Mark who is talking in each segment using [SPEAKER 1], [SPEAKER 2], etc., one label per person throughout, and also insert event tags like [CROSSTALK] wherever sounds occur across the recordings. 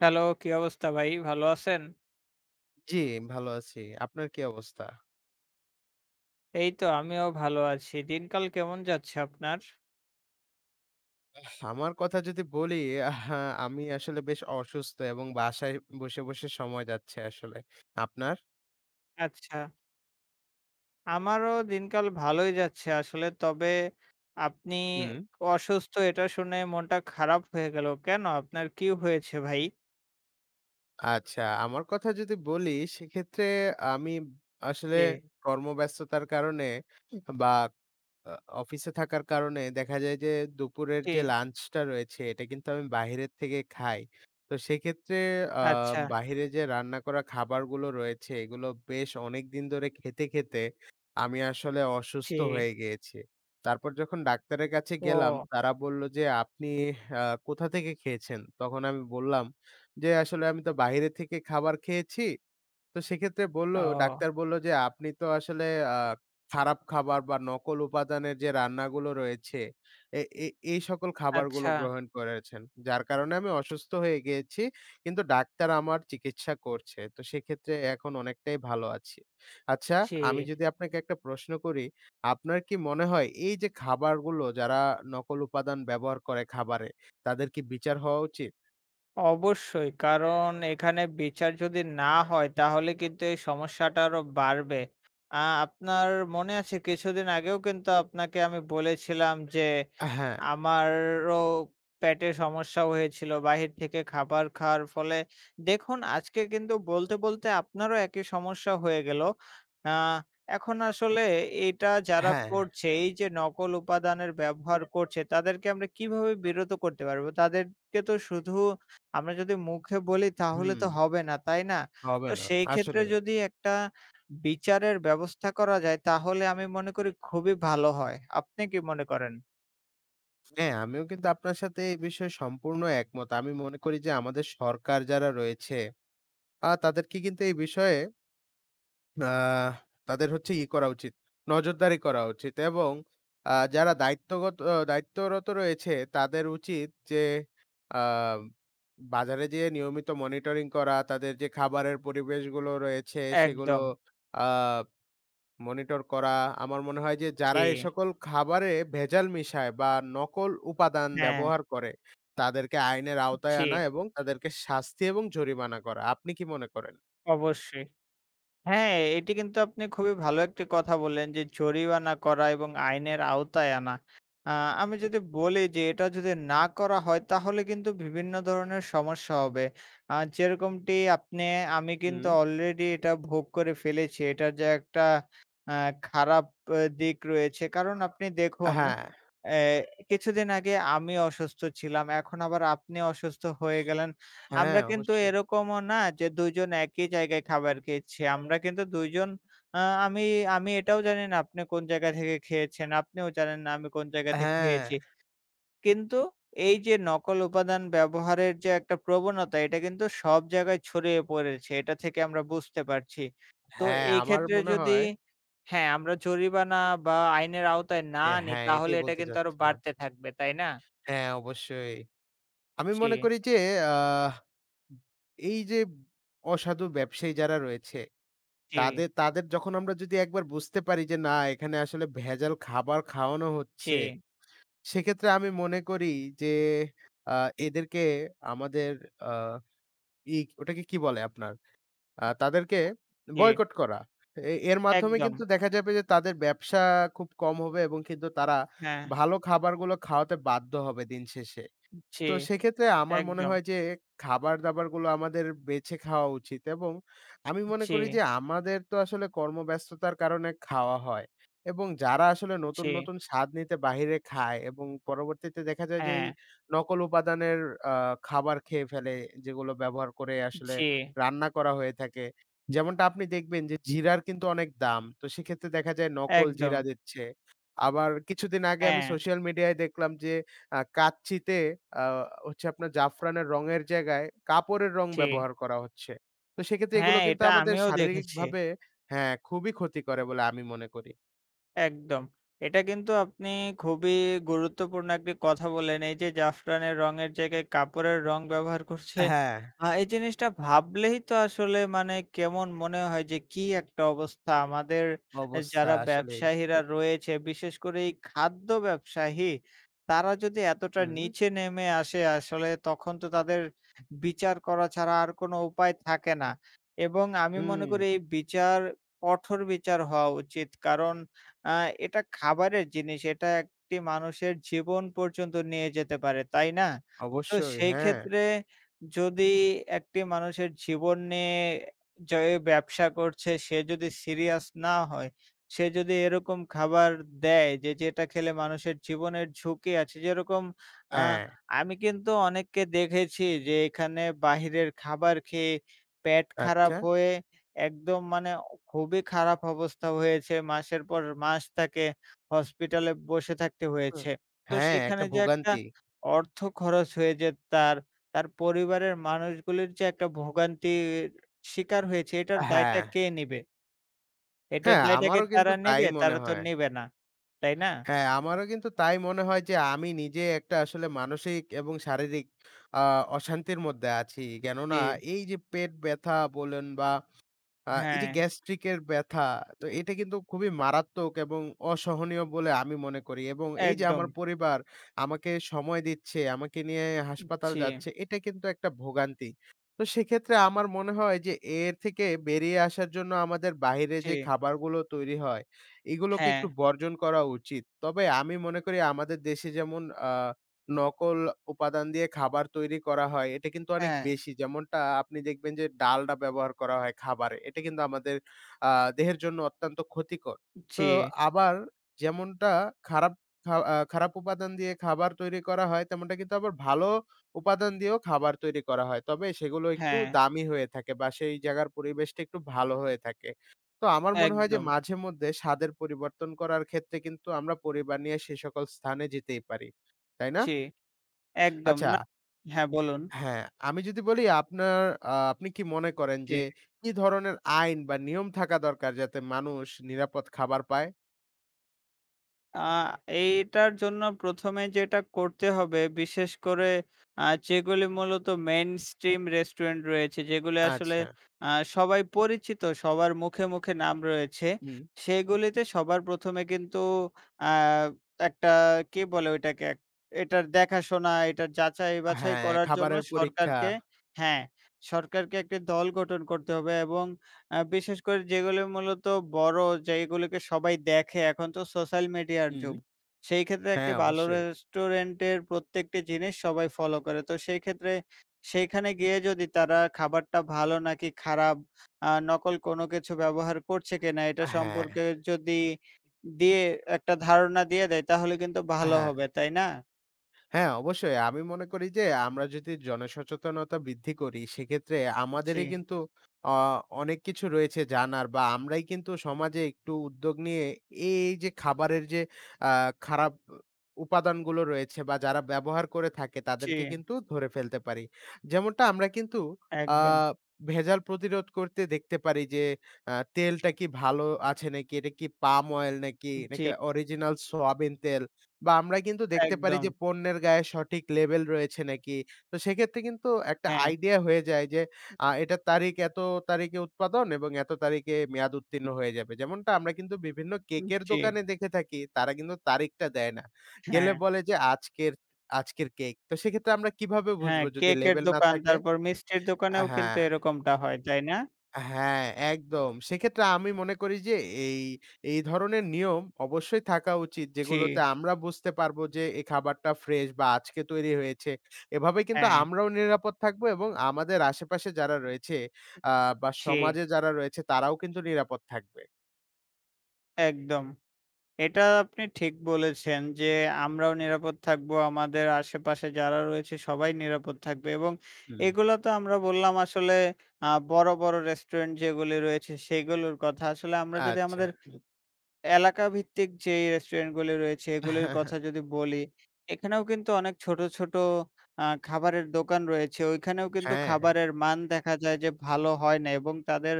[SPEAKER 1] Hello, কি অবস্থা ভাই? ভালো আছেন?
[SPEAKER 2] জি, ভালো আছি। আপনার কি অবস্থা?
[SPEAKER 1] এই তো আমিও ভালো আছি। দিনকাল কেমন যাচ্ছে আপনার?
[SPEAKER 2] আমার কথা যদি বলি, আহ আমি আসলে বেশ অসুস্থ এবং বাসায় বসে, বসে সময় যাচ্ছে আসলে। আপনার?
[SPEAKER 1] আচ্ছা, আমারও দিনকাল ভালোই যাচ্ছে আসলে। তবে আপনি
[SPEAKER 2] হুম।
[SPEAKER 1] অসুস্থ এটা শুনে মনটা খারাপ হয়ে গেল। কেন? আপনার কি হয়েছে ভাই?
[SPEAKER 2] আচ্ছা, আমার কথা যদি বলি সেক্ষেত্রে আমি আসলে
[SPEAKER 1] জি,
[SPEAKER 2] কর্মব্যস্ততার কারণে বা আ অফিসে থাকার কারণে দেখা যায় যে দুপুরের
[SPEAKER 1] জি।
[SPEAKER 2] যে লাঞ্চটা রয়েছে এটা কিন্তু আমি বাহিরের থেকে খাই। তো সেক্ষেত্রে আ
[SPEAKER 1] আচ্ছা,
[SPEAKER 2] বাহিরে যে রান্না করা খাবারগুলো রয়েছে এগুলো বেশ অনেকদিন ধরে খেতে, খেতে আমি আসলে
[SPEAKER 1] জি।
[SPEAKER 2] অসুস্থ হয়ে গিয়েছি। তারপর যখন ডাক্তারের কাছে গেলাম
[SPEAKER 1] ও,
[SPEAKER 2] তারা বলল যে, "আপনি আ কোথা থেকে খেয়েছেন?" তখন আমি বললাম যে আসলে আমি তো বাইরে থেকে খাবার খেয়েছি। তো সেক্ষেত্রে
[SPEAKER 1] ও
[SPEAKER 2] ডাক্তার বলল যে, "আপনি তো আসলে আ খারাপ খাবার বা নকল উপাদানের যে রান্নাগুলো রয়েছে, এ এ এই সকল খাবারগুলো
[SPEAKER 1] আচ্ছা,
[SPEAKER 2] গ্রহণ করেছেন। যার কারণে আমি অসুস্থ হয়ে গিয়েছি। কিন্তু ডাক্তার আমার চিকিৎসা করছে। তো সেক্ষেত্রে এখন অনেকটাই ভালো আছি।" আচ্ছা,
[SPEAKER 1] জি।
[SPEAKER 2] আমি যদি আপনাকে একটা প্রশ্ন করি, আপনার কি মনে হয় এই যে খাবারগুলো যারা নকল উপাদান ব্যবহার করে খাবারে, তাদের কি বিচার হওয়া উচিত?
[SPEAKER 1] অবশ্যই। কারণ এখানে বিচার যদি না হয় তাহলে কিন্তু এই সমস্যাটা আরো বাড়বে। আ আপনার মনে আছে কিছুদিন আগেও কিন্তু আপনাকে আমি বলেছিলাম যে
[SPEAKER 2] হ্যাঁ,
[SPEAKER 1] আমারও পেটে সমস্যা হয়েছিল বাহির থেকে খাবার খাওয়ার ফলে। দেখুন আজকে কিন্তু বলতে, বলতে আপনারও একই সমস্যা হয়ে গেল। আ এখন আসলে এটা যারা
[SPEAKER 2] হ্যাঁ।
[SPEAKER 1] করছে, এই যে নকল উপাদানের ব্যবহার করছে, তাদেরকে আমরা কিভাবে বিরত করতে পারবো? তাদেরকে তো শুধু আমরা যদি মুখে বলি তাহলে
[SPEAKER 2] হুম,
[SPEAKER 1] তো হবে না, তাই না?
[SPEAKER 2] হবে
[SPEAKER 1] তো
[SPEAKER 2] না।
[SPEAKER 1] সেই ক্ষেত্রে
[SPEAKER 2] আসলে
[SPEAKER 1] যদি একটা বিচারের ব্যবস্থা করা যায় তাহলে আমি মনে করি খুবই ভালো হয়। আপনি কি মনে করেন?
[SPEAKER 2] হ্যাঁ, আমিও কিন্তু আপনার সাথে এই বিষয়ে সম্পূর্ণ একমত। আমি মনে করি যে আমাদের সরকার যারা রয়েছে, তাদেরকে কিন্তু এই বিষয়ে আ তাদের হচ্ছে ই করা উচিত, নজরদারি করা উচিত এবং যারা দায়িত্বগত আ দায়িত্বরত রয়েছে তাদের উচিত যে আ বাজারে যেয়ে নিয়মিত মনিটরিং করা, তাদের যে খাবারের পরিবেশগুলো রয়েছে সেগুলো
[SPEAKER 1] একদম।
[SPEAKER 2] আ মনিটর করা। আমার মনে হয় যে
[SPEAKER 1] জি।
[SPEAKER 2] যারা এ সকল খাবারে ভেজাল মিশায় বা নকল উপাদান
[SPEAKER 1] হ্যাঁ,
[SPEAKER 2] ব্যবহার করে তাদেরকে আইনের আওতায়
[SPEAKER 1] জি,
[SPEAKER 2] আনা এবং তাদেরকে শাস্তি এবং জরিমানা করা। আপনি কি মনে করেন?
[SPEAKER 1] অবশ্যই। হ্যাঁ, এটি কিন্তু আপনি খুবই ভালো একটি কথা বললেন যে জরিমানা করা এবং আইনের আওতায় আনা। আ আমি যদি বলি যে এটা যদি না করা হয় তাহলে কিন্তু বিভিন্ন ধরনের সমস্যা হবে। যেরকমটি আপনি আমি কিন্তু
[SPEAKER 2] হুম।
[SPEAKER 1] অলরেডি এটা ভোগ করে ফেলেছি। এটার যে একটা আ খারাপ দিক রয়েছে। কারণ আপনি দেখুন
[SPEAKER 2] হ্যাঁ।
[SPEAKER 1] অ্যা কিছুদিন আগে আমি অসুস্থ ছিলাম। এখন আবার আপনি অসুস্থ হয়ে গেলেন।
[SPEAKER 2] হ্যাঁ,
[SPEAKER 1] আমরা কিন্তু
[SPEAKER 2] অবশ্যই।
[SPEAKER 1] এরকমও না যে ২ জন একই জায়গায় খাবার খেয়েছি। আমরা কিন্তু ২ জন আ আমি আমি এটাও জানি না আপনি কোন জায়গা থেকে খেয়েছেন। আপনিও জানেন না আমি কোন জায়গা থেকে
[SPEAKER 2] হ্যাঁ,
[SPEAKER 1] খেয়েছি। কিন্তু এই যে নকল উপাদান ব্যবহারের যে একটা প্রবণতা এটা কিন্তু সব জায়গায় ছড়িয়ে পড়েছে। এটা থেকে আমরা বুঝতে পারছি। তো
[SPEAKER 2] হ্যাঁ,
[SPEAKER 1] এই
[SPEAKER 2] আমার
[SPEAKER 1] ক্ষেত্রে
[SPEAKER 2] মনে
[SPEAKER 1] যদি
[SPEAKER 2] হয়
[SPEAKER 1] হ্যাঁ, আমরা জরিমানা বা আইনের আওতায় না
[SPEAKER 2] যে
[SPEAKER 1] আনি
[SPEAKER 2] হ্যাঁ,
[SPEAKER 1] তাহলে
[SPEAKER 2] এটাই
[SPEAKER 1] এটা
[SPEAKER 2] বলতে
[SPEAKER 1] কিন্তু আরো
[SPEAKER 2] চাচ্ছিলাম।
[SPEAKER 1] বাড়তে থাকবে, তাই না?
[SPEAKER 2] হ্যাঁ, অবশ্যই। আমি
[SPEAKER 1] জি,
[SPEAKER 2] মনে করি যে আহ এই যে অসাধু ব্যবসায়ী যারা রয়েছে
[SPEAKER 1] জি,
[SPEAKER 2] তাদের তাদের যখন আমরা যদি একবার বুঝতে পারি যে না এখানে আসলে ভেজাল খাবার খাওয়ানো
[SPEAKER 1] জি,
[SPEAKER 2] হচ্ছে, সেক্ষেত্রে আমি মনে করি যে আ এদেরকে আমাদের আ ই ওটাকে কি বলে আপনার? তাদেরকে
[SPEAKER 1] জি,
[SPEAKER 2] বয়কট করা। এর মাধ্যমে
[SPEAKER 1] একদম।
[SPEAKER 2] কিন্তু দেখা যাবে যে তাদের ব্যবসা খুব কম হবে এবং কিন্তু তারা
[SPEAKER 1] হ্যাঁ,
[SPEAKER 2] ভালো খাবারগুলো খাওয়াতে বাধ্য হবে দিন শেষে।
[SPEAKER 1] জি,
[SPEAKER 2] তো সেক্ষেত্রে আমার মনে
[SPEAKER 1] একদম।
[SPEAKER 2] হয় যে খাবার-দাবারগুলো আমাদের বেছে খাওয়া উচিত এবং আমি মনে
[SPEAKER 1] জি,
[SPEAKER 2] করি যে আমাদের তো আসলে কর্মব্যস্ততার কারণে খাওয়া হয় এবং যারা আসলে নতুন,
[SPEAKER 1] জি,
[SPEAKER 2] নতুন স্বাদ নিতে বাহিরে খায় এবং পরবর্তীতে দেখা যায় যে এই
[SPEAKER 1] হ্যাঁ,
[SPEAKER 2] নকল উপাদানের আ খাবার খেয়ে ফেলে যেগুলো ব্যবহার করে আসলে
[SPEAKER 1] জি,
[SPEAKER 2] রান্না করা হয়ে থাকে। যেমনটা আপনি দেখবেন যে জিরার কিন্তু অনেক দাম। তো সেক্ষেত্রে দেখা যায় নকল
[SPEAKER 1] একদম।
[SPEAKER 2] জিরা দিচ্ছে। আবার কিছুদিন আগে আমি
[SPEAKER 1] হ্যাঁ,
[SPEAKER 2] সোশ্যাল মিডিয়ায় দেখলাম যে কাচ্চিতে আ হচ্ছে আপনার জাফরানের রঙের জায়গায় কাপড়ের রং
[SPEAKER 1] জি।
[SPEAKER 2] ব্যবহার করা হচ্ছে। তো সেক্ষেত্রে এগুলো
[SPEAKER 1] হ্যাঁ,
[SPEAKER 2] কিন্তু
[SPEAKER 1] এটা
[SPEAKER 2] আমাদের
[SPEAKER 1] আমিও দেখেছি।
[SPEAKER 2] শারীরিকভাবে হ্যাঁ, খুবই ক্ষতি করে বলে আমি মনে করি।
[SPEAKER 1] একদম। এটা কিন্তু আপনি খুবই গুরুত্বপূর্ণ একটি কথা বললেন। এই যে জাফরানের রঙের জায়গায় কাপড়ের রং ব্যবহার করছে।
[SPEAKER 2] হ্যাঁ,
[SPEAKER 1] এই জিনিসটা ভাবলেই তো আসলে মানে কেমন মনে হয় যে কি একটা অবস্থা আমাদের এ
[SPEAKER 2] অবস্থা
[SPEAKER 1] যারা
[SPEAKER 2] আসলেই।
[SPEAKER 1] ব্যবসায়ীরা রয়েছে বিশেষ করে এই খাদ্য ব্যবসায়ী তারা যদি এতটা
[SPEAKER 2] হুম।
[SPEAKER 1] নিচে নেমে আসে আসলে তখন তো তাদের বিচার করা ছাড়া আর কোনো উপায় থাকে না। এবং আমি মনে
[SPEAKER 2] হুম,
[SPEAKER 1] করি এই বিচার কঠোর বিচার হওয়া উচিত। কারণ আ এটা খাবারের জিনিস। এটা একটি মানুষের জীবন পর্যন্ত নিয়ে যেতে পারে, তাই না? তো
[SPEAKER 2] অবশ্যই।
[SPEAKER 1] সেই
[SPEAKER 2] হ্যাঁ,
[SPEAKER 1] ক্ষেত্রে যদি একটি মানুষের জীবন নিয়ে যে ব্যবসা করছে সে যদি সিরিয়াস না হয়, সে যদি এরকম খাবার দেয় যে যেটা খেলে মানুষের জীবনের ঝুঁকি আছে যেরকম আ
[SPEAKER 2] হ্যাঁ।
[SPEAKER 1] আমি কিন্তু অনেককে দেখেছি যে এখানে বাহিরের খাবার খেয়ে পেট খারাপ
[SPEAKER 2] আচ্ছা।
[SPEAKER 1] হয়ে একদম মানে খুবই খারাপ অবস্থা হয়েছে। মাসের পর মাস তাকে হসপিটালে বসে থাকতে
[SPEAKER 2] হুম।
[SPEAKER 1] হয়েছে। তো
[SPEAKER 2] হ্যাঁ, একটা
[SPEAKER 1] সেখানে যে একটা
[SPEAKER 2] ভোগান্তি।
[SPEAKER 1] অর্থ খরচ হয়ে যে তার, তার পরিবারের মানুষগুলির যে একটা ভোগান্তির শিকার হয়েছে, এটার
[SPEAKER 2] হ্যাঁ।
[SPEAKER 1] দায়টা কে নিবে? এটার
[SPEAKER 2] হ্যাঁ,
[SPEAKER 1] দায়টা কি
[SPEAKER 2] আমারও কিন্তু
[SPEAKER 1] তারা
[SPEAKER 2] তাই
[SPEAKER 1] নেবে?
[SPEAKER 2] মনে
[SPEAKER 1] তারা তো
[SPEAKER 2] হয়।
[SPEAKER 1] নেবে না। তাই না?
[SPEAKER 2] হ্যাঁ, আমারও কিন্তু তাই মনে হয় যে আমি নিজে একটা আসলে মানসিক এবং শারীরিক আ অশান্তির মধ্যে আছি।
[SPEAKER 1] জি,
[SPEAKER 2] কেননা এই যে পেট ব্যথা বলেন বা এই
[SPEAKER 1] হ্যাঁ,
[SPEAKER 2] যে গ্যাস্ট্রিকের ব্যথা, তো এটা কিন্তু খুবই মারাত্মক এবং অসহনীয় বলে আমি মনে করি এবং এই যে
[SPEAKER 1] একদম।
[SPEAKER 2] আমার পরিবার আমাকে সময় দিচ্ছে, আমাকে নিয়ে হাসপাতাল
[SPEAKER 1] জি,
[SPEAKER 2] যাচ্ছে, এটা কিন্তু একটা ভোগান্তি। তো সেক্ষেত্রে আমার মনে হয় যে এর থেকে বেরিয়ে আসার জন্য আমাদের বাহিরে
[SPEAKER 1] জি,
[SPEAKER 2] যে খাবারগুলো তৈরি হয়, এগুলোকে
[SPEAKER 1] হ্যাঁ,
[SPEAKER 2] একটু বর্জন করা উচিত। তবে আমি মনে করি আমাদের দেশে যেমন আ নকল উপাদান দিয়ে খাবার তৈরি করা হয়, এটা কিন্তু অনেক
[SPEAKER 1] হ্যাঁ,
[SPEAKER 2] বেশি। যেমনটা আপনি দেখবেন যে ডালডা ব্যবহার করা হয় খাবারে। এটা কিন্তু আমাদের আ দেহের জন্য অত্যন্ত ক্ষতিকর। তো
[SPEAKER 1] জি,
[SPEAKER 2] আবার যেমনটা খারাপ খা আ খারাপ উপাদান দিয়ে খাবার তৈরি করা হয়, তেমনটা কিন্তু আবার ভালো উপাদান দিয়েও খাবার তৈরি করা হয়। তবে সেগুলো একটু
[SPEAKER 1] হ্যাঁ,
[SPEAKER 2] দামি হয়ে থাকে বা সেই জায়গার পরিবেশটা একটু ভালো হয়ে থাকে। তো আমার মনে হয় যে
[SPEAKER 1] একদম।
[SPEAKER 2] মাঝেমধ্যে স্বাদের পরিবর্তন করার ক্ষেত্রে কিন্তু আমরা পরিবার নিয়ে সে সকল স্থানে যেতেই পারি। তাই না?
[SPEAKER 1] জি, একদম।
[SPEAKER 2] আচ্ছা,
[SPEAKER 1] না হ্যাঁ, বলুন।
[SPEAKER 2] হ্যাঁ, আমি যদি বলি আপনার আপনি কি মনে করেন যে
[SPEAKER 1] জি।
[SPEAKER 2] কি ধরনের আইন বা নিয়ম থাকা দরকার যাতে মানুষ নিরাপদ খাবার পায়?
[SPEAKER 1] আ এইটার জন্য ১ম এ যেটা করতে হবে বিশেষ করে আ যেগুলি মূলত মেইনস্ট্রিম রেস্টুরেন্ট রয়েছে, যেগুলি আসলে
[SPEAKER 2] আচ্ছা।
[SPEAKER 1] আ সবাই পরিচিত, সবার মুখে, মুখে নাম রয়েছে,
[SPEAKER 2] হুম।
[SPEAKER 1] সেগুলিতে সবার ১ম এ কিন্তু আ একটা কি বলে ওইটাকে? এটার দেখাশোনা, এটার যাচাই-বাছাই
[SPEAKER 2] হ্যাঁ,
[SPEAKER 1] করার জন্য
[SPEAKER 2] খাবারের পরীক্ষা।
[SPEAKER 1] সরকারকে হ্যাঁ, সরকারকে একটি দল গঠন করতে হবে এবং বিশেষ করে যেগুলো মূলত বড়, যেগুলোকে সবাই দেখে, এখন তো সোশ্যাল মিডিয়ার
[SPEAKER 2] হুম।
[SPEAKER 1] যুগ। সেই ক্ষেত্রে একটি
[SPEAKER 2] হ্যাঁ,
[SPEAKER 1] ভালো
[SPEAKER 2] অবশ্যই।
[SPEAKER 1] রেস্টুরেন্টের প্রত্যেকটি জিনিস সবাই ফলো করে। তো সেই ক্ষেত্রে সেইখানে গিয়ে যদি তারা খাবারটা ভালো নাকি খারাপ, নকল কোনো কিছু ব্যবহার করছে কিনা, এটা
[SPEAKER 2] হ্যাঁ,
[SPEAKER 1] সম্পর্কে যদি দিয়ে একটা ধারণা দিয়ে দেয়, তাহলে কিন্তু ভালো
[SPEAKER 2] হ্যাঁ।
[SPEAKER 1] হবে, তাই না?
[SPEAKER 2] হ্যাঁ, অবশ্যই। আমি মনে করি যে আমরা যদি জনসচেতনতা বৃদ্ধি করি, সেক্ষেত্রে
[SPEAKER 1] জি,
[SPEAKER 2] আমাদেরই কিন্তু অ অনেক কিছু রয়েছে জানার বা আমরাই কিন্তু সমাজে একটু উদ্যোগ নিয়ে এই যে খাবারের যে আ খারাপ উপাদানগুলো রয়েছে বা যারা ব্যবহার করে থাকে
[SPEAKER 1] জি,
[SPEAKER 2] তাদেরকে কিন্তু ধরে ফেলতে পারি। যেমনটা আমরা কিন্তু আ
[SPEAKER 1] একদম।
[SPEAKER 2] ভেজাল প্রতিরোধ করতে দেখতে পারি যে তেলটা কি ভালো আছে নাকি? এটা কি পাম অয়েল নাকি?
[SPEAKER 1] জি,
[SPEAKER 2] নাকি অরিজিনাল সয়াবিন তেল? বা আমরা কিন্তু দেখতে পারি
[SPEAKER 1] একদম।
[SPEAKER 2] যে পণ্যের গায়ে সঠিক লেবেল রয়েছে নাকি। তো সেক্ষেত্রে কিন্তু একটা
[SPEAKER 1] হ্যাঁ,
[SPEAKER 2] আইডিয়া হয়ে যায় যে এটার তারিখ এত তারিখে উৎপাদন এবং এত তারিখে মেয়াদ উত্তীর্ণ হয়ে যাবে। যেমনটা আমরা কিন্তু বিভিন্ন কেকের
[SPEAKER 1] জি,
[SPEAKER 2] দোকানে দেখে থাকি, তারা কিন্তু তারিখটা দেয় না। গেলে
[SPEAKER 1] হ্যাঁ।
[SPEAKER 2] বলে যে আজকের, আজকের কেক। তো সেক্ষেত্রে আমরা কিভাবে
[SPEAKER 1] হ্যাঁ,
[SPEAKER 2] বুঝবো যদি
[SPEAKER 1] কেকের
[SPEAKER 2] লেবেল না
[SPEAKER 1] দোকান,
[SPEAKER 2] থাকে?
[SPEAKER 1] তারপর মিষ্টির দোকানেও কিন্তু
[SPEAKER 2] হ্যাঁ।
[SPEAKER 1] এরকমটা হয়, তাই না?
[SPEAKER 2] হ্যাঁ, একদম। সেক্ষেত্রে আমি মনে করি যে এই, এই ধরনের নিয়ম অবশ্যই থাকা উচিত
[SPEAKER 1] জি,
[SPEAKER 2] যেগুলোতে আমরা বুঝতে পারবো যে এই খাবারটা ফ্রেশ বা আজকে তৈরি হয়েছে। এভাবে কিন্তু
[SPEAKER 1] হ্যাঁ,
[SPEAKER 2] আমরাও নিরাপদ থাকবো এবং আমাদের আশেপাশে যারা রয়েছে আ বা
[SPEAKER 1] জি,
[SPEAKER 2] সমাজে যারা রয়েছে তারাও কিন্তু নিরাপদ থাকবে।
[SPEAKER 1] একদম। এটা আপনি ঠিক বলেছেন যে, আমরাও নিরাপদ থাকবো, আমাদের আশেপাশে যারা রয়েছে সবাই নিরাপদ থাকবে এবং
[SPEAKER 2] হুম।
[SPEAKER 1] এগুলো তো আমরা বললাম আসলে বড়, বড় রেস্টুরেন্ট যেগুলি রয়েছে সেগুলোর কথা। আসলে আমরা যদি
[SPEAKER 2] আচ্ছা।
[SPEAKER 1] আমাদের এলাকাভিত্তিক যেই রেস্টুরেন্টগুলি রয়েছে এগুলির কথা
[SPEAKER 2] [LAUGHS]
[SPEAKER 1] যদি বলি, এখানেও কিন্তু অনেক ছোট, ছোট খাবারের দোকান রয়েছে। ওইখানেও কিন্তু
[SPEAKER 2] হ্যাঁ,
[SPEAKER 1] খাবারের মান দেখা যায় যে ভালো হয় না এবং তাদের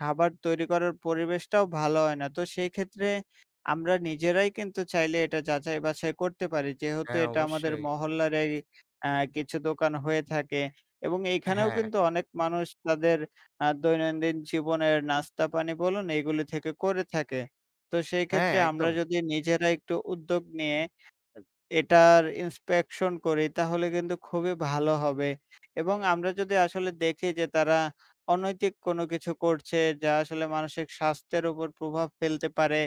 [SPEAKER 1] খাবার তৈরি করার পরিবেশটাও ভালো হয় না। তো সেই ক্ষেত্রে আমরা নিজেরাই কিন্তু চাইলে এটা যাচাই-বাছাই করতে পারি। যেহেতু
[SPEAKER 2] হ্যাঁ
[SPEAKER 1] এটা আমাদের
[SPEAKER 2] অবশ্যই।
[SPEAKER 1] মহল্লারই আ কিছু দোকান হয়ে থাকে এবং এইখানেও
[SPEAKER 2] হ্যাঁ,
[SPEAKER 1] কিন্তু অনেক মানুষ তাদের দৈনন্দিন জীবনের নাস্তা পানি বলুন, এগুলি থেকে করে থাকে। তো সেই
[SPEAKER 2] হ্যাঁ
[SPEAKER 1] ক্ষেত্রে আমরা
[SPEAKER 2] একদম।
[SPEAKER 1] যদি নিজেরা একটু উদ্যোগ নিয়ে এটার ইন্সপেকশন করি তাহলে কিন্তু খুবই ভালো হবে। এবং আমরা যদি আসলে দেখি যে তারা অনৈতিক কোনো কিছু করছে যা আসলে মানসিক স্বাস্থ্যের উপর প্রভাব ফেলতে পারে,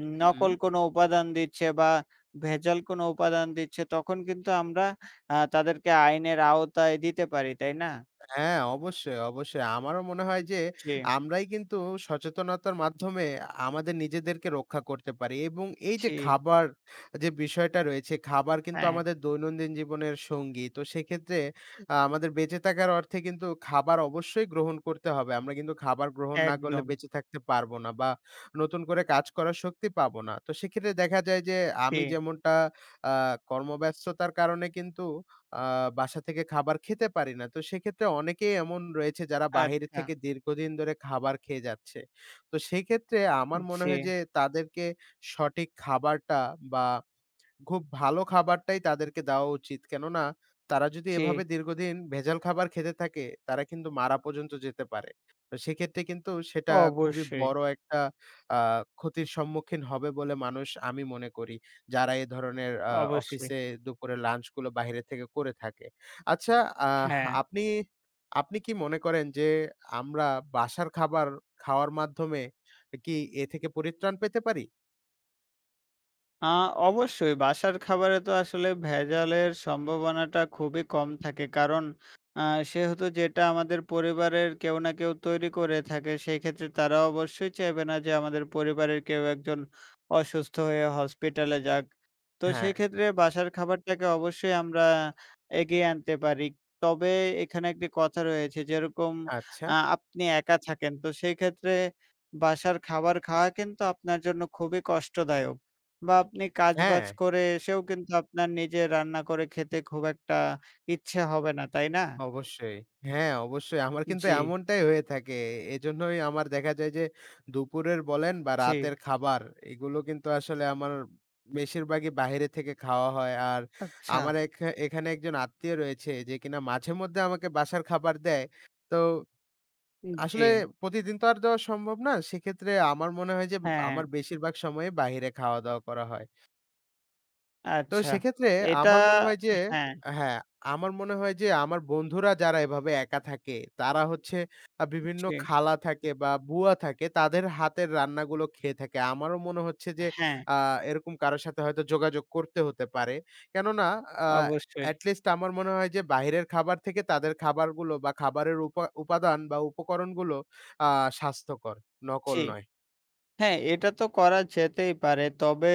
[SPEAKER 2] হুম।
[SPEAKER 1] নকল কোনো উপাদান দিচ্ছে বা ভেজাল কোনো উপাদান দিচ্ছে তখন কিন্তু আমরা তাদেরকে আইনের আওতায় দিতে পারি, তাই না?
[SPEAKER 2] হ্যাঁ, অবশ্যই, অবশ্যই। আমারও মনে হয় যে
[SPEAKER 1] জি,
[SPEAKER 2] আমরাই কিন্তু সচেতনতার মাধ্যমে আমাদের নিজেদেরকে রক্ষা করতে পারি এবং এই যে
[SPEAKER 1] জি,
[SPEAKER 2] খাবার যে বিষয়টা রয়েছে, খাবার কিন্তু
[SPEAKER 1] হ্যাঁ,
[SPEAKER 2] আমাদের দৈনন্দিন জীবনের সঙ্গী। তো সেক্ষেত্রে আমাদের বেঁচে থাকার অর্থে কিন্তু খাবার অবশ্যই গ্রহণ করতে হবে। আমরা কিন্তু খাবার গ্রহণ না করলে
[SPEAKER 1] একদম।
[SPEAKER 2] বেঁচে থাকতে পারবো না বা নতুন করে কাজ করার শক্তি পাবো না। তো সেক্ষেত্রে দেখা যায় যে
[SPEAKER 1] জি,
[SPEAKER 2] আমি যেমনটা আ কর্মব্যস্ততার কারণে কিন্তু আ বাসা থেকে খাবার খেতে পারি না। তো সেক্ষেত্রে অনেকেই এমন রয়েছে যারা বাহিরে
[SPEAKER 1] আচ্ছা,
[SPEAKER 2] থেকে দীর্ঘদিন ধরে খাবার খেয়ে যাচ্ছে। তো সেক্ষেত্রে আমার মনে
[SPEAKER 1] জি,
[SPEAKER 2] হয় যে তাদেরকে সঠিক খাবারটা বা খুব ভালো খাবারটাই তাদেরকে দেওয়া উচিত। কেননা তারা যদি
[SPEAKER 1] জি,
[SPEAKER 2] এভাবে দীর্ঘদিন ভেজাল খাবার খেতে থাকে, তারা কিন্তু মারা পর্যন্ত যেতে পারে। তো সেক্ষেত্রে কিন্তু সেটা খুবই
[SPEAKER 1] অবশ্যই।
[SPEAKER 2] বড় একটা আ ক্ষতির সম্মুখীন হবে বলে মানুষ আমি মনে করি। যারা এ ধরনের
[SPEAKER 1] অবশ্যই।
[SPEAKER 2] অফিসে দুপুরে লাঞ্চ গুলো বাহিরে থেকে করে থাকে। আচ্ছা আহ
[SPEAKER 1] হ্যাঁ।
[SPEAKER 2] আপনি আপনি কি মনে করেন যে আমরা বাসার খাবার খাওয়ার মাধ্যমে কি এ থেকে পরিত্রাণ পেতে পারি?
[SPEAKER 1] আ অবশ্যই বাসার খাবারে তো আসলে ভেজালের সম্ভাবনাটা খুবই কম থাকে। কারণ আ সেহেতু যেটা আমাদের পরিবারের কেউ না কেউ তৈরি করে থাকে, সেক্ষেত্রে তারা অবশ্যই চাইবে না যে আমাদের পরিবারের কেউ একজন অসুস্থ হয়ে হসপিটালে যাক। তো
[SPEAKER 2] হ্যাঁ।
[SPEAKER 1] সেক্ষেত্রে বাসার খাবারটাকে অবশ্যই আমরা এগিয়ে আনতে পারি। তবে এখানে একটি কথা রয়েছে যেরকম
[SPEAKER 2] আচ্ছা।
[SPEAKER 1] আপনি একা থাকেন, তো সেই ক্ষেত্রে বাসার খাবার খাওয়া কিন্তু আপনার জন্য খুবই কষ্টদায়ক। বা আপনি
[SPEAKER 2] হ্যাঁ।
[SPEAKER 1] কাজবাজ করে এসেও কিন্তু আপনার নিজে রান্না করে খেতে খুব একটা ইচ্ছে হবে না, তাই না?
[SPEAKER 2] অবশ্যই। হ্যাঁ, অবশ্যই। আমার কিন্তু
[SPEAKER 1] জি,
[SPEAKER 2] এমনটাই হয়ে থাকে। এজন্যই আমার দেখা যায় যে দুপুরের বলেন বা
[SPEAKER 1] জি।
[SPEAKER 2] রাতের খাবার এগুলো কিন্তু আসলে আমার বেশিরভাগই বাহিরে থেকে খাওয়া হয়। আর
[SPEAKER 1] আচ্ছা,
[SPEAKER 2] আমার এখানে একজন আত্মীয় রয়েছে যে কিনা মাঝেমধ্যে আমাকে বাসার খাবার দেয়। তো
[SPEAKER 1] জি,
[SPEAKER 2] আসলে প্রতিদিন তো আর দেওয়া সম্ভব না। সেক্ষেত্রে আমার মনে হয় যে
[SPEAKER 1] হ্যাঁ,
[SPEAKER 2] আমার বেশিরভাগ সময়ে বাহিরে খাওয়া-দাওয়া করা হয়। তো
[SPEAKER 1] আচ্ছা।
[SPEAKER 2] সেক্ষেত্রে
[SPEAKER 1] এটা
[SPEAKER 2] আমার মনে হয় যে
[SPEAKER 1] হ্যাঁ,
[SPEAKER 2] হ্যাঁ, আমার মনে হয় যে আমার বন্ধুরা যারা এভাবে একা থাকে, তারা হচ্ছে বিভিন্ন
[SPEAKER 1] জি,
[SPEAKER 2] খালা থাকে বা বুয়া থাকে তাদের হাতের রান্নাগুলো খেয়ে থাকে। আমারও মনে হচ্ছে যে
[SPEAKER 1] হ্যাঁ,
[SPEAKER 2] আ এরকম কারো সাথে হয়তো যোগাযোগ করতে হতে পারে। কেননা আ
[SPEAKER 1] অবশ্যই।
[SPEAKER 2] এট লিস্ট আমার মনে হয় যে বাহিরের খাবার থেকে তাদের খাবারগুলো বা খাবারের উপাদান বা উপকরণগুলো আ স্বাস্থ্যকর, নকল
[SPEAKER 1] জি।
[SPEAKER 2] নয়।
[SPEAKER 1] হ্যাঁ, এটা তো করা যেতেই পারে। তবে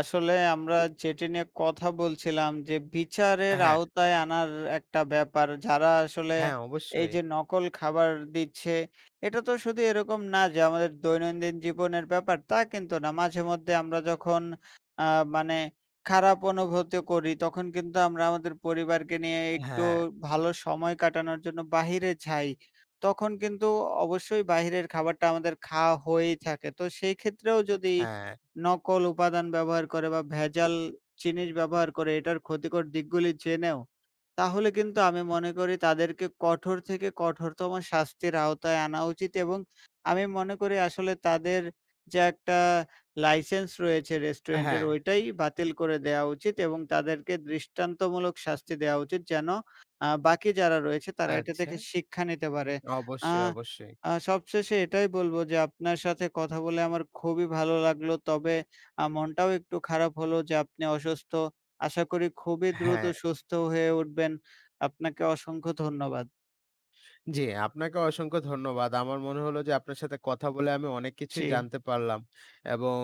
[SPEAKER 1] আসলে আমরা যেটি নিয়ে কথা বলছিলাম যে বিচারের
[SPEAKER 2] হ্যাঁ,
[SPEAKER 1] আওতায় আনার একটা ব্যাপার। যারা আসলে
[SPEAKER 2] হ্যাঁ
[SPEAKER 1] এই
[SPEAKER 2] অবশ্যই।
[SPEAKER 1] যে নকল খাবার দিচ্ছে, এটা তো শুধু এরকম না যে আমাদের দৈনন্দিন জীবনের ব্যাপার, তা কিন্তু না। মাঝেমধ্যে আমরা যখন আ মানে খারাপ অনুভূতি করি, তখন কিন্তু আমরা আমাদের পরিবারকে নিয়ে একটু
[SPEAKER 2] হ্যাঁ,
[SPEAKER 1] ভালো সময় কাটানোর জন্য বাহিরে যাই। তখন কিন্তু অবশ্যই বাহিরের খাবারটা আমাদের খাওয়া হয়েই থাকে। তো সেই ক্ষেত্রেও যদি
[SPEAKER 2] হ্যাঁ,
[SPEAKER 1] নকল উপাদান ব্যবহার করে বা ভেজাল জিনিস ব্যবহার করে এটার ক্ষতিকর দিকগুলি জেনেও, তাহলে কিন্তু আমি মনে করি তাদেরকে কঠোর থেকে কঠোরতম শাস্তির আওতায় আনা উচিত এবং আমি মনে করি আসলে তাদের যে একটা লাইসেন্স রয়েছে রেস্টুরেন্টের
[SPEAKER 2] হ্যাঁ,
[SPEAKER 1] ওইটাই বাতিল করে দেয়া উচিত এবং তাদেরকে দৃষ্টান্তমূলক শাস্তি দেয়া উচিত যেন বাকি যারা রয়েছে তারা এটা
[SPEAKER 2] আচ্ছা।
[SPEAKER 1] থেকে শিক্ষা নিতে পারে। আ
[SPEAKER 2] অবশ্যই, অবশ্যই।
[SPEAKER 1] আ সবশেষে এটাই বলবো যে আপনার সাথে কথা বলে আমার খুবই ভালো লাগলো। তবে মনটাও একটু খারাপ হলো যে আপনি অসুস্থ। আশা করি খুবই দ্রুত
[SPEAKER 2] হ্যাঁ,
[SPEAKER 1] সুস্থ হয়ে উঠবেন। আপনাকে অসংখ্য ধন্যবাদ।
[SPEAKER 2] জি আপনাকেও অসংখ্য ধন্যবাদ। আমার মনে হলো যে আপনার সাথে কথা বলে আমি অনেক কিছুই
[SPEAKER 1] জি,
[SPEAKER 2] জানতে পারলাম এবং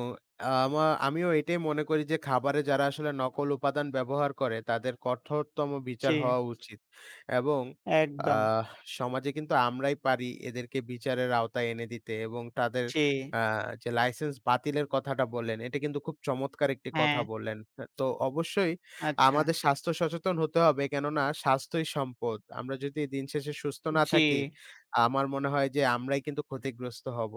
[SPEAKER 2] আমিও এটাই মনে করি যে খাবারে যারা আসলে নকল উপাদান ব্যবহার করে তাদের কঠোরতম বিচার
[SPEAKER 1] জি,
[SPEAKER 2] হওয়া উচিত এবং
[SPEAKER 1] একদম।
[SPEAKER 2] আহ সমাজে কিন্তু আমরাই পারি এদেরকে বিচারের আওতায় এনে দিতে এবং তাদের
[SPEAKER 1] জি,
[SPEAKER 2] আ যে লাইসেন্স বাতিলের কথাটা বললেন, এটা কিন্তু খুব চমৎকার একটি কথা
[SPEAKER 1] হ্যাঁ,
[SPEAKER 2] বললেন। তো অবশ্যই
[SPEAKER 1] আচ্ছা।
[SPEAKER 2] আমাদের স্বাস্থ্য সচেতন হতে হবে। কেননা স্বাস্থ্যই সম্পদ। আমরা যদি দিন শেষে সুস্থ না
[SPEAKER 1] জি,
[SPEAKER 2] থাকি, আমার মনে হয় যে আমরাই কিন্তু ক্ষতিগ্রস্ত হব।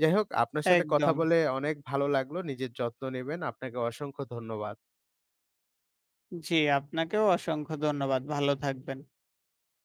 [SPEAKER 2] যাই হোক, আপনার সাথে কথা
[SPEAKER 1] একদম।
[SPEAKER 2] বলে অনেক ভালো লাগলো। নিজের যত্ন নিবেন। আপনাকে অসংখ্য ধন্যবাদ।
[SPEAKER 1] জি, আপনাকেও অসংখ্য ধন্যবাদ। ভালো থাকবেন।